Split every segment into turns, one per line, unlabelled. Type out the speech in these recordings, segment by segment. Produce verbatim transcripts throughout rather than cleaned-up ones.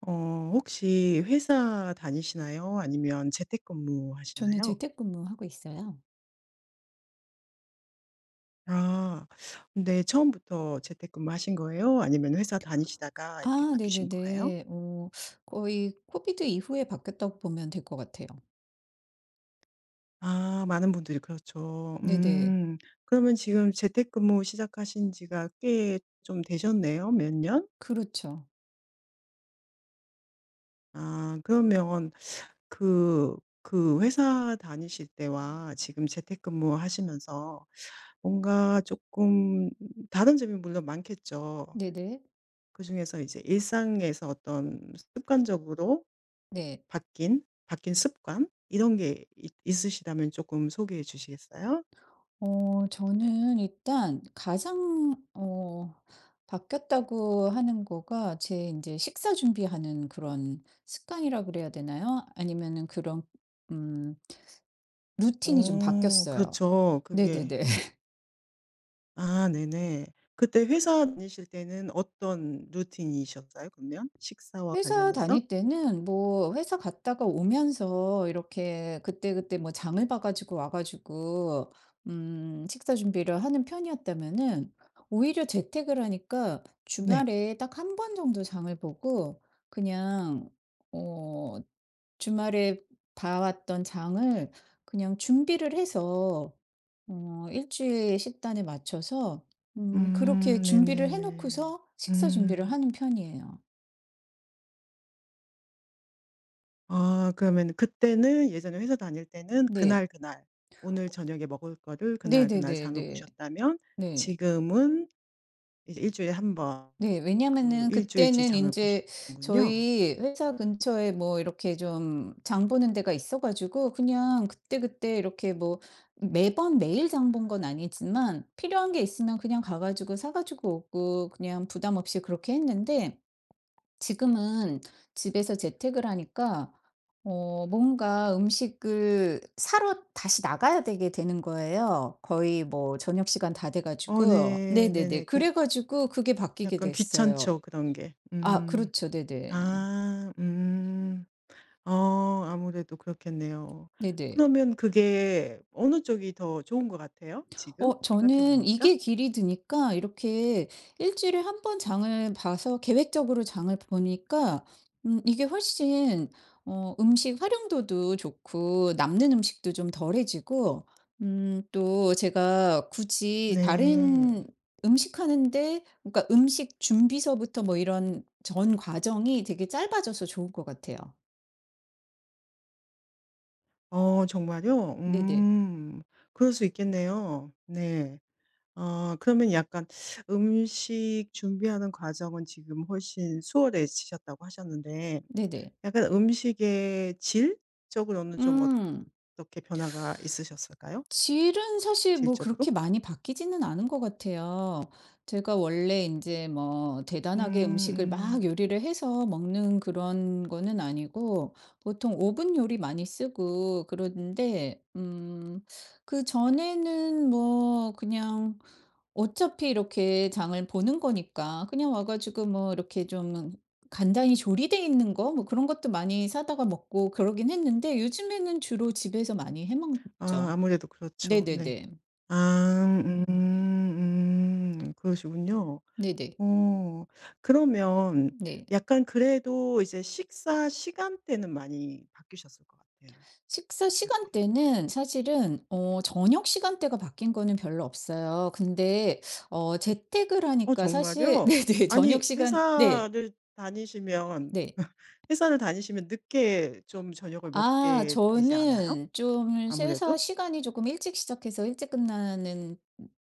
어 혹시 회사 다니시나요? 아니면 재택근무
저는
하시나요?
재택근무하고 있어요.
아. 근데 처음부터 재택근무 하신 거예요? 아니면 회사 다니시다가 이렇게
아,
바뀌신 거예요?
네네네. 어 거의 코비드 이후에 바뀌었다고 보면 될 것 같아요.
아 많은 분들이 그렇죠.
네네.
음. 그러면 지금 재택근무 시작하신 지가 꽤 좀 되셨네요. 몇 년?
그렇죠.
아 그러면 그 그 회사 다니실 때와 지금 재택근무 하시면서 뭔가 조금 다른 점이 물론 많겠죠.
네네.
그중에서 이제 일상에서 어떤 습관적으로
네.
바뀐 바뀐 습관 이런 게 있 있으시다면 조금 소개해 주시겠어요?
어 저는 일단 가장 어 바뀌었다고 하는 거가 제 이제 식사 준비하는 그런 습관이라 그래야 되나요? 아니면은 그런 음 루틴이 좀
어
바뀌었어요.
그렇죠. 그게
네네네.
아 네네. 그때 회사 다니실 때는 어떤 루틴이셨어요 그러면? 식사와
회사
관련해서?
다닐 때는 뭐 회사 갔다가 오면서 이렇게 그때그때 뭐 장을 봐 가지고 와 가지고 음 식사 준비를 하는 편이었다면은, 오히려 재택을 하니까
네.
주말에 딱 한 번 정도 장을 보고, 그냥 어 주말에 봐 왔던 장을 그냥 준비를 해서 어 일주일 식단에 맞춰서 음
음
그렇게 준비를 해
네네네.
놓고서 식사 준비를
음.
하는 편이에요.
아 그러면 그때는 예전에 회사 다닐 때는
네.
그날 그날 오늘 저녁에 먹을 거를 그날 그날 장을
네네네네.
보셨다면
네.
지금은 이제 주일에 한 번
네.
그
왜냐면은
일 주일치
그때는
장을
인제
보시는군요.
저희 회사 근처에 뭐 이렇게 좀 장 보는 데가 있어 가지고 그냥 그때그때 이렇게 뭐 매번 매일 장 본 건 아니지만 필요한 게 있으면 그냥 가 가지고 사 가지고 오고 그냥 부담 없이 그렇게 했는데, 지금은 집에서 재택을 하니까 어 뭔가 음식을 사러 다시 나가야 되게 되는 거예요. 거의 뭐 저녁 시간 다 돼
어
가지고.
네. 네네.
네네네.
그
그래 가지고 그게 바뀌게
약간
됐어요.
귀찮죠, 그런 게.
아,
음.
그렇죠. 네네.
아 음. 어 아무래도 그렇겠네요.
네네.
그러면 그게 어느 쪽이 더 좋은 것 같아요, 지금
어
생각해
저는
보니까?
이게 길이 드니까 이렇게 일주일에 한번 장을 봐서 계획적으로 장을 보니까 음 이게 훨씬 어 음식 활용도도 좋고 남는 음식도 좀 덜해지고 음 또 제가 굳이
네.
다른 음식 하는데, 그러니까 음식 준비서부터 뭐 이런 전 과정이 되게 짧아져서 좋은 것 같아요.
어 정말요?
네네.
음. 그럴 수 있겠네요. 네. 어 그러면 약간 음식 준비하는 과정은 지금 훨씬 수월해지셨다고 하셨는데
네네.
약간 음식의 질적으로는 좀
음.
어떻게 변화가 있으셨을까요?
질은 사실 뭐
질적으로?
그렇게 많이 바뀌지는 않은 것 같아요. 제가 원래 이제 뭐 대단하게
음
음식을 막
음.
요리를 해서 먹는 그런 거는 아니고, 보통 오븐 요리 많이 쓰고 그러는데, 음 그전에는 뭐 그냥 어차피 이렇게 장을 보는 거니까 그냥 와 가지고 뭐 이렇게 좀 간단히 조리돼 있는 거 뭐 그런 것도 많이 사다가 먹고 그러긴 했는데, 요즘에는 주로 집에서 많이 해
아
먹죠.
아무래도 그렇죠. 네.
네네네.
아 음 음. 그러시군요.
네네.
어 그러면
네.
약간 그래도 이제 식사 시간대는 많이 바뀌셨을 것 같아요.
식사
어때요?
시간대는 사실은 어 저녁 시간대가 바뀐 거는 별로 없어요. 근데 어 재택을
어
하니까 사실
정말요?
네네 저녁
아니
시간 네.
회사를 다니시면
네.
회사를 다니시면 늦게 좀 저녁을
아,
먹게 되지 않아요?
저는 좀 회사
아무래도?
시간이 조금 일찍 시작해서 일찍 끝나는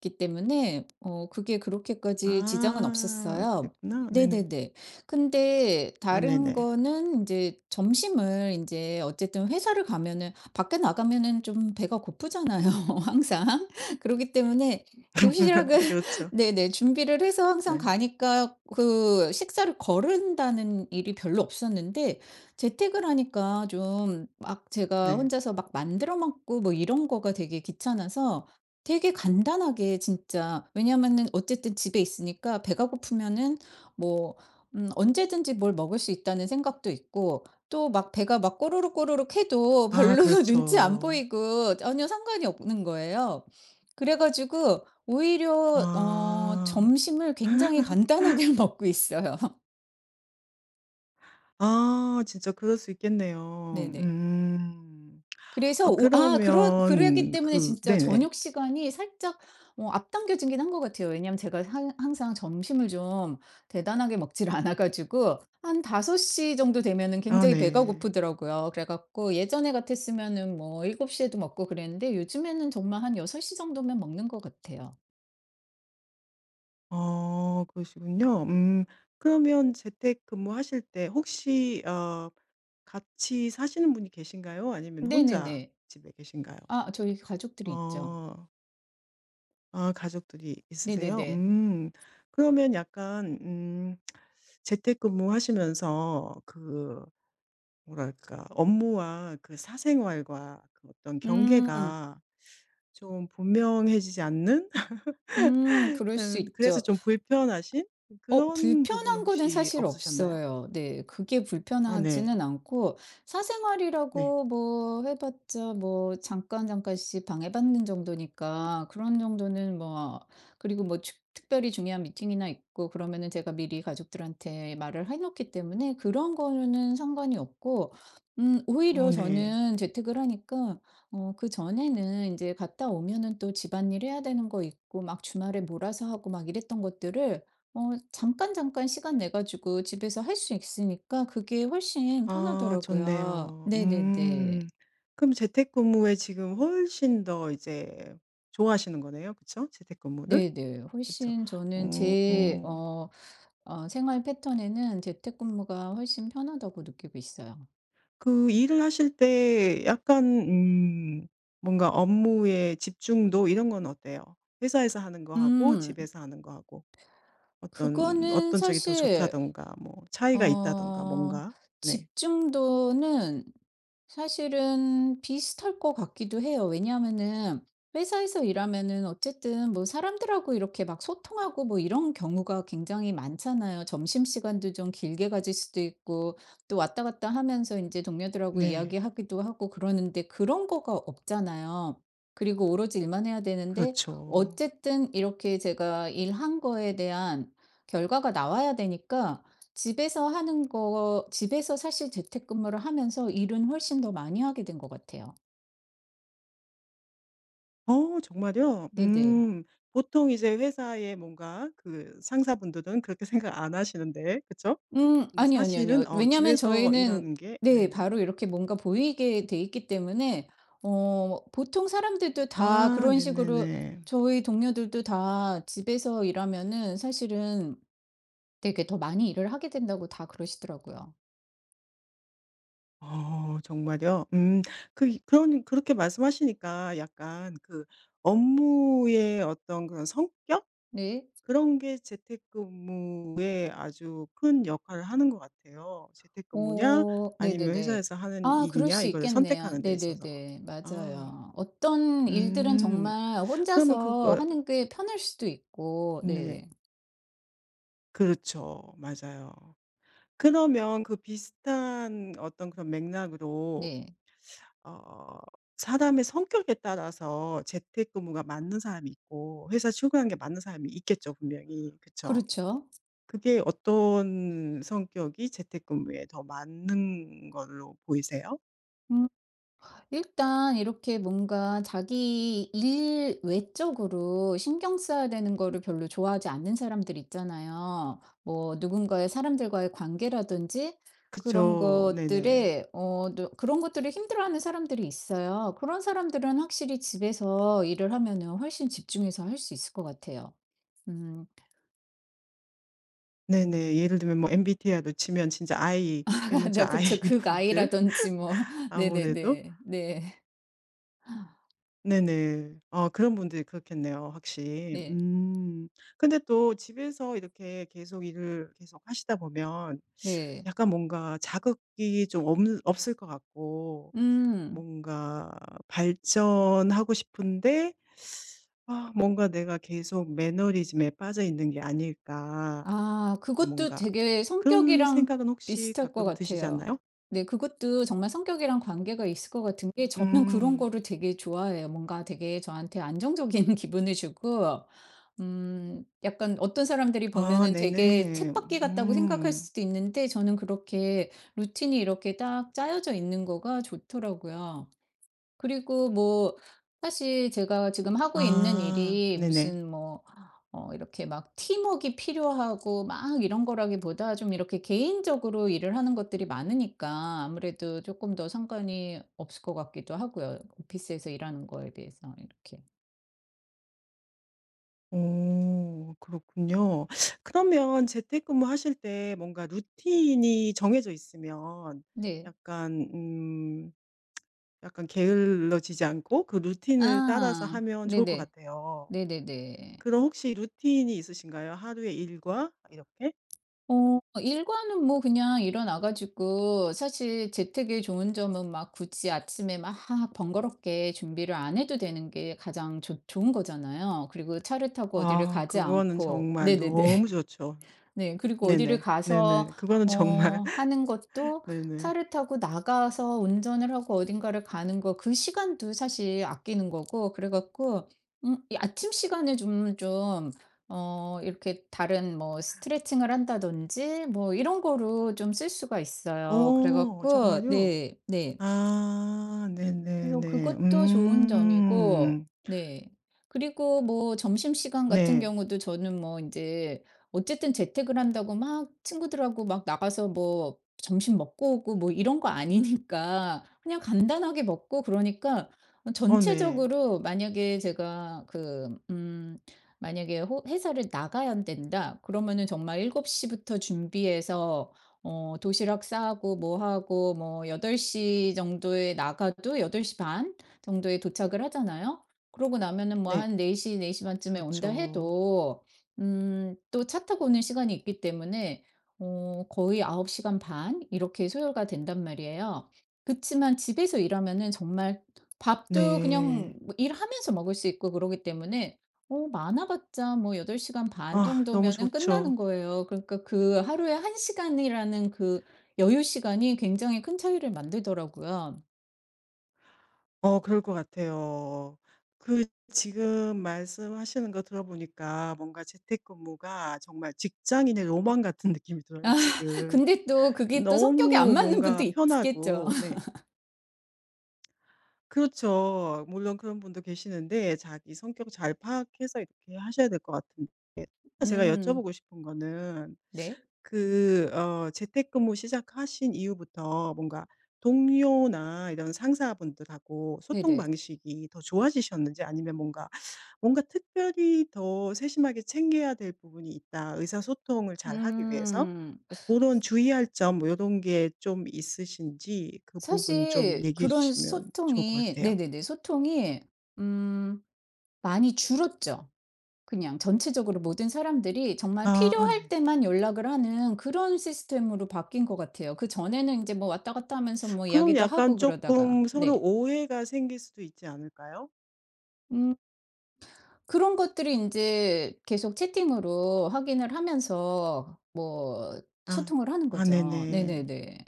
기 때문에 어 그게 그렇게까지 지장은
아
없었어요.
그랬구나. 네네.
네네네. 근데
아
다른
네네.
거는 이제 점심을 이제 어쨌든 회사를 가면은 밖에 나가면은 좀 배가 고프잖아요 항상. 그러기 때문에 도시락을
그렇죠.
네네 준비를 해서 항상
네.
가니까 그 식사를 거른다는 일이 별로 없었는데, 재택을 하니까 좀 막 제가
네.
혼자서 막 만들어 먹고 뭐 이런 거가 되게 귀찮아서 되게 간단하게, 진짜 왜냐면은 어쨌든 집에 있으니까 배가 고프면은 뭐 음, 언제든지 뭘 먹을 수 있다는 생각도 있고, 또 막 배가 막 꼬르륵 꼬르륵 해도
아
별로 눈치 안
그렇죠.
보이고 전혀 상관이 없는 거예요. 그래가지고 오히려 어,
아.
점심을 굉장히 간단하게 먹고 있어요.
아 진짜 그럴 수 있겠네요.
네네.
음.
그래서
아
오 아 그러 그러기
그러면
때문에
그
진짜
네네.
저녁 시간이 살짝 어 앞당겨지긴 한 것 같아요. 왜냐하면 제가 항 항상 점심을 좀 대단하게 먹지를 않아 가지고 한다섯 시 정도 되면은
아
굉장히 배가
네.
고프더라고요. 그래 갖고 예전에 같았으면은 뭐일곱 시 에도 먹고 그랬는데, 요즘에는 정말 한여섯 시 정도면 먹는 것 같아요.
어 그러시군요. 음 그러면 재택근무하실 때 혹시 어 같이 사시는 분이 계신가요? 아니면 혼자
네네네.
집에 계신가요?
아, 저희 가족들이 있죠.
어. 아 가족들이 있으세요?
네네네.
음. 그러면 약간 음 재택근무 하시면서 그 뭐랄까 업무와 그 사생활과 그 어떤
음.
경계가 좀 분명해지지 않는?
음 그럴 수
음, 그래서
있죠.
좀 불편하신
어
그런 부분은
불편한 거는
혹시
사실
없으셨나요?
없어요. 네. 그게
아 네.
불편하지는 않고,
네.
사생활이라고 뭐 해 봤자 뭐 잠깐 잠깐씩 방해받는 정도니까 그런 정도는 뭐, 그리고 뭐 축 특별히 중요한 미팅이나 있고 그러면은 제가 미리 가족들한테 말을 해 놓기 때문에 그런 거는 상관이 없고, 음
어
오히려
네.
저는 재택을 하니까 어 그전에는 이제 갔다 오면은 또 집안일 해야 되는 거 있고 막 주말에 몰아서 하고 막 이랬던 것들을 어 잠깐 잠깐 시간 내 가지고 집에서 할 수 있으니까 그게 훨씬
아
편하더라고요.
좋네요.
네네네.
음. 그럼 재택근무에 지금 훨씬 더 이제 좋아하시는 거네요. 그쵸? 재택근무를?
네네.
그쵸.
훨씬 저는
어.
제
어,
어 어 생활 패턴에는 재택근무가 훨씬 편하다고 느끼고 있어요.
그 일을 하실 때 약간 음 뭔가 업무의 집중도 이런 건 어때요? 회사에서 하는 거하고
음.
집에서 하는 거하고 어떤
그거는
어떤 쪽이 더
사실
좋다든가 뭐 차이가 있다든가
어
뭔가. 네.
집중도는 사실은 비슷할 것 같기도 해요. 왜냐하면은 회사에서 일하면은 어쨌든 뭐 사람들하고 이렇게 막 소통하고 뭐 이런 경우가 굉장히 많잖아요. 점심시간도 좀 길게 가질 수도 있고 또 왔다 갔다 하면서 이제 동료들하고
네.
이야기하기도 하고 그러는데, 그런 거가 없잖아요. 그리고 오로지 일만 해야 되는데,
그렇죠.
어쨌든 이렇게 제가 일한 거에 대한 결과가 나와야 되니까 집에서 하는 거 집에서 사실 재택근무를 하면서 일은 훨씬 더 많이 하게 된 것 같아요.
어 정말요?
네네.
음. 보통 이제 회사에 뭔가 그 상사분들은 그렇게 생각 안 하시는데 그쵸?
음
근데
아니요, 아니요, 아니요.
사실은 어
왜냐하면
집에서
저희는
일하는 게
네
네네.
바로 이렇게 뭔가 보이게 돼 있기 때문에 어 보통 사람들도 다
아
그런 식으로
네네네.
저희 동료들도 다 집에서 일하면은 사실은 되게 더 많이 일을 하게 된다고 다 그러시더라고요.
어 정말요? 음. 그 그런 그렇게 말씀하시니까 약간 그 업무의 어떤 그런 성격
네.
그런 게 재택근무에 아주 큰 역할을 하는 것 같아요. 재택근무냐
어
아니면
네네네.
회사에서 하는
아, 그럴
일이냐
수
이거를
있겠네요.
선택하는 데 있어서.
네네네.
아
맞아요. 어떤 일들은
음.
정말
그러면
혼자서
그거
하는 게 편할 수도 있고.
네.
네.
그렇죠. 맞아요. 그러면 그 비슷한 어떤 그런 맥락으로
네.
어 사람의 성격에 따라서 재택근무가 맞는 사람이 있고 회사 출근하는 게 맞는 사람이 있겠죠, 분명히. 그쵸?
그렇죠.
그게 어떤 성격이 재택근무에 더 맞는 걸로 보이세요?
음. 일단 이렇게 뭔가 자기 일 외적으로 신경 써야 되는 거를 별로 좋아하지 않는 사람들 있잖아요. 뭐 누군가의 사람들과의 관계라든지 그런
그쵸. 네네.
것들에 어 또 그런 것들을 힘들어하는 사람들이 있어요. 그런 사람들은 확실히 집에서 일을 하면은 훨씬 집중해서 할 수 있을 것 같아요. 음.
네네. 예를 들면 뭐 엠비티아이로 치면 진짜 아이, 대문자
네
아이
그쵸.
분들
극아이라든지 뭐
아무래도
네네네. 네.
네네. 어 그런 분들이 그렇겠네요, 확실히.
네.
음. 근데 또 집에서 이렇게 계속 일을 계속 하시다 보면
네.
약간 뭔가 자극이 좀 없 없을 것 같고
음.
뭔가 발전하고 싶은데 아 뭔가 '내가 계속 매너리즘에 빠져 있는 게 아닐까.'
아, 그것도
뭔가
되게
그런
성격이랑
생각은 혹시
비슷할 것
가끔 드시지
같아요.
않나요?
네 그것도 정말 성격이랑 관계가 있을 것 같은 게, 저는 그런
음.
거를 되게 좋아해요. 뭔가 되게 저한테 안정적인 기분을 주고, 음 약간 어떤 사람들이
아
보면은 되게
네네.
쳇바퀴 같다고 생각할
음.
수도 있는데, 저는 그렇게 루틴이 이렇게 딱 짜여져 있는 거가 좋더라고요. 그리고 뭐 사실 제가 지금 하고 있는
아
일이
네네.
무슨 뭐 어 이렇게 막 팀웍이 필요하고 막 이런 거라기보다 좀 이렇게 개인적으로 일을 하는 것들이 많으니까 아무래도 조금 더 상관이 없을 것 같기도 하고요. 오피스에서 일하는 거에 비해서 이렇게.
오 그렇군요. 그러면 재택근무하실 때 뭔가 루틴이 정해져 있으면
네.
약간 음 약간 게을러지지 않고 그 루틴을 따라서
아.
하면 좋을 것
네네.
같아요.
네네네.
그럼 혹시 루틴이 있으신가요? 하루의 일과 이렇게?
어 일과는 뭐 그냥 일어나 가지고, 사실 재택의 좋은 점은 막 굳이 아침에 막 번거롭게 준비를 안 해도 되는 게 가장 좋 좋은 거잖아요. 그리고 차를 타고 어디를
아
가지
그거는
않고.
정말
네네네.
너무 좋죠.
네. 그리고 어디를
네네.
가서
네네. 그거는 정말
어 하는 것도
네네.
차를 타고 나가서 운전을 하고 어딘가를 가는 거 그 시간도 사실 아끼는 거고, 그래 갖고 음 이 아침 시간에 좀 좀 어 이렇게 다른 뭐 스트레칭을 한다든지 뭐 이런 거로 좀 쓸 수가 있어요. 그래
어
갖고
정말요?
네. 네.
아
그래서
네네네.
그것도 좋은 점이고.
음.
네. 그리고 뭐 점심시간 같은
네.
경우도 저는 뭐 이제 어쨌든 재택을 한다고 막 친구들하고 막 나가서 뭐 점심 먹고 오고 뭐 이런 거 아니니까 그냥 간단하게 먹고 그러니까 어
어 네.
전체적으로, 만약에 제가 그 음 만약에 호 회사를 나가야 된다 그러면은 정말 일곱 시 시부터 준비해서 어 도시락 싸고 뭐 하고 뭐여덟 시 정도에 나가도 여덟 시 반 정도에 도착을 하잖아요. 그러고 나면은 뭐
네.
한네 시 네4반쯤에 온다
그렇죠.
해도 음 또 차 타고 오는 시간이 있기 때문에 어 거의 아홉 시간 시간 반 이렇게 소요가 된단 말이에요. 그치만 집에서 일하면은 정말 밥도 그냥
네.
뭐 일하면서 먹을 수 있고 그러기 때문에 어 많아봤자 뭐 여덟 시간 시간 반
아 너무
정도면은
좋죠.
끝나는 거예요. 그러니까 그 하루에 한 시간이라는 그 여유 시간이 굉장히 큰 차이를 만들더라고요.
어 그럴 것 같아요. 그 지금 말씀하시는 거 들어보니까 뭔가 재택근무가 정말 직장인의 로망 같은 느낌이 들어요
아
지금.
근데 또 그게 또 성격에 안
너무
맞는 분도
뭔가
있겠죠.
편하고 네. 그렇죠. 물론 그런 분도 계시는데 자기 성격 잘 파악해서 이렇게 하셔야 될 것 같은데 제가
음
여쭤보고 싶은 거는
네.
그 어 재택근무 시작하신 이후부터 뭔가 동료나 이런 상사분들하고 소통
네네.
방식이 더 좋아지셨는지 아니면 뭔가 뭔가 특별히 더 세심하게 챙겨야 될 부분이 있다. 의사소통을 잘하기 위해서
음.
뭐 고런 주의할 점 뭐 요런 게 좀 있으신지 그 부분 좀
사실
얘기해
그런
주시면 좋을 것
소통이
같아요.
네네네. 소통이 음 많이 줄었죠. 그냥 전체적으로 모든 사람들이 정말
아
필요할
네.
때만 연락을 하는 그런 시스템으로 바뀐 것 같아요. 그전에는 인제 뭐 왔다 갔다 하면서 뭐
그럼
이야기도
약간
하고 그러다가.
조금 서로
네.
오해가 생길 수도 있지 않을까요?
음 그런 것들이 인제 계속 채팅으로 확인을 하면서 뭐
아.
소통을 하는
아
거죠.
네네.
네네네.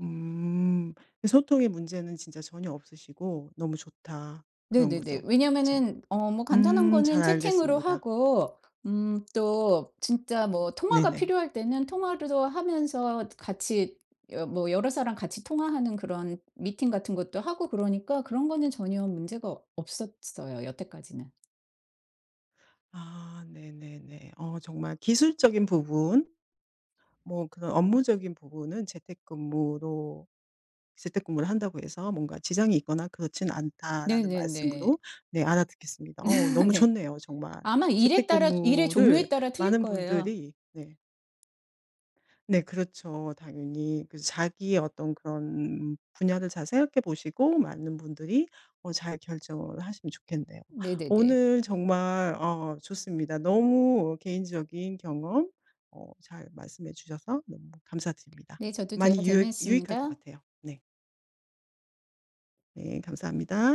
음. 소통의 문제는 진짜 전혀 없으시고 '너무 좋다.' 그런
네네네.
거죠. 그쵸?
왜냐면은 어 뭐 간단한
음 잘
거는 채팅으로
알겠습니다.
하고, 음 또 진짜 뭐 통화가
네네.
필요할 때는 통화로도 하면서 같이 여 뭐 여러 사람 같이 통화하는 그런 미팅 같은 것도 하고 그러니까 그런 거는 전혀 문제가 없었어요, 여태까지는.
아 네네네. 어 정말 기술적인 부분 뭐 그런 업무적인 부분은 재택근무로 재택근무를 한다고 해서 뭔가 지장이 있거나 그렇진 않다라는
네네네.
말씀으로 네 알아듣겠습니다. 어 너무
네.
좋네요 정말.
아마 일에 따라 일의
재택근무를
종류에 따라 틀릴
많은
거예요.
분들이 네. 네 그렇죠 당연히. 그 자기의 어떤 그런 분야를 잘 생각해 보시고 많은 분들이 어 잘 결정을 하시면 좋겠네요.
네네네.
오늘 정말 어 좋습니다. 너무 개인적인 경험 어 잘 말씀해 주셔서 너무 감사드립니다.
네 저도 대화
많이
재미
유익
있습니
유익할 것
다
같아요. 네. 네 감사합니다.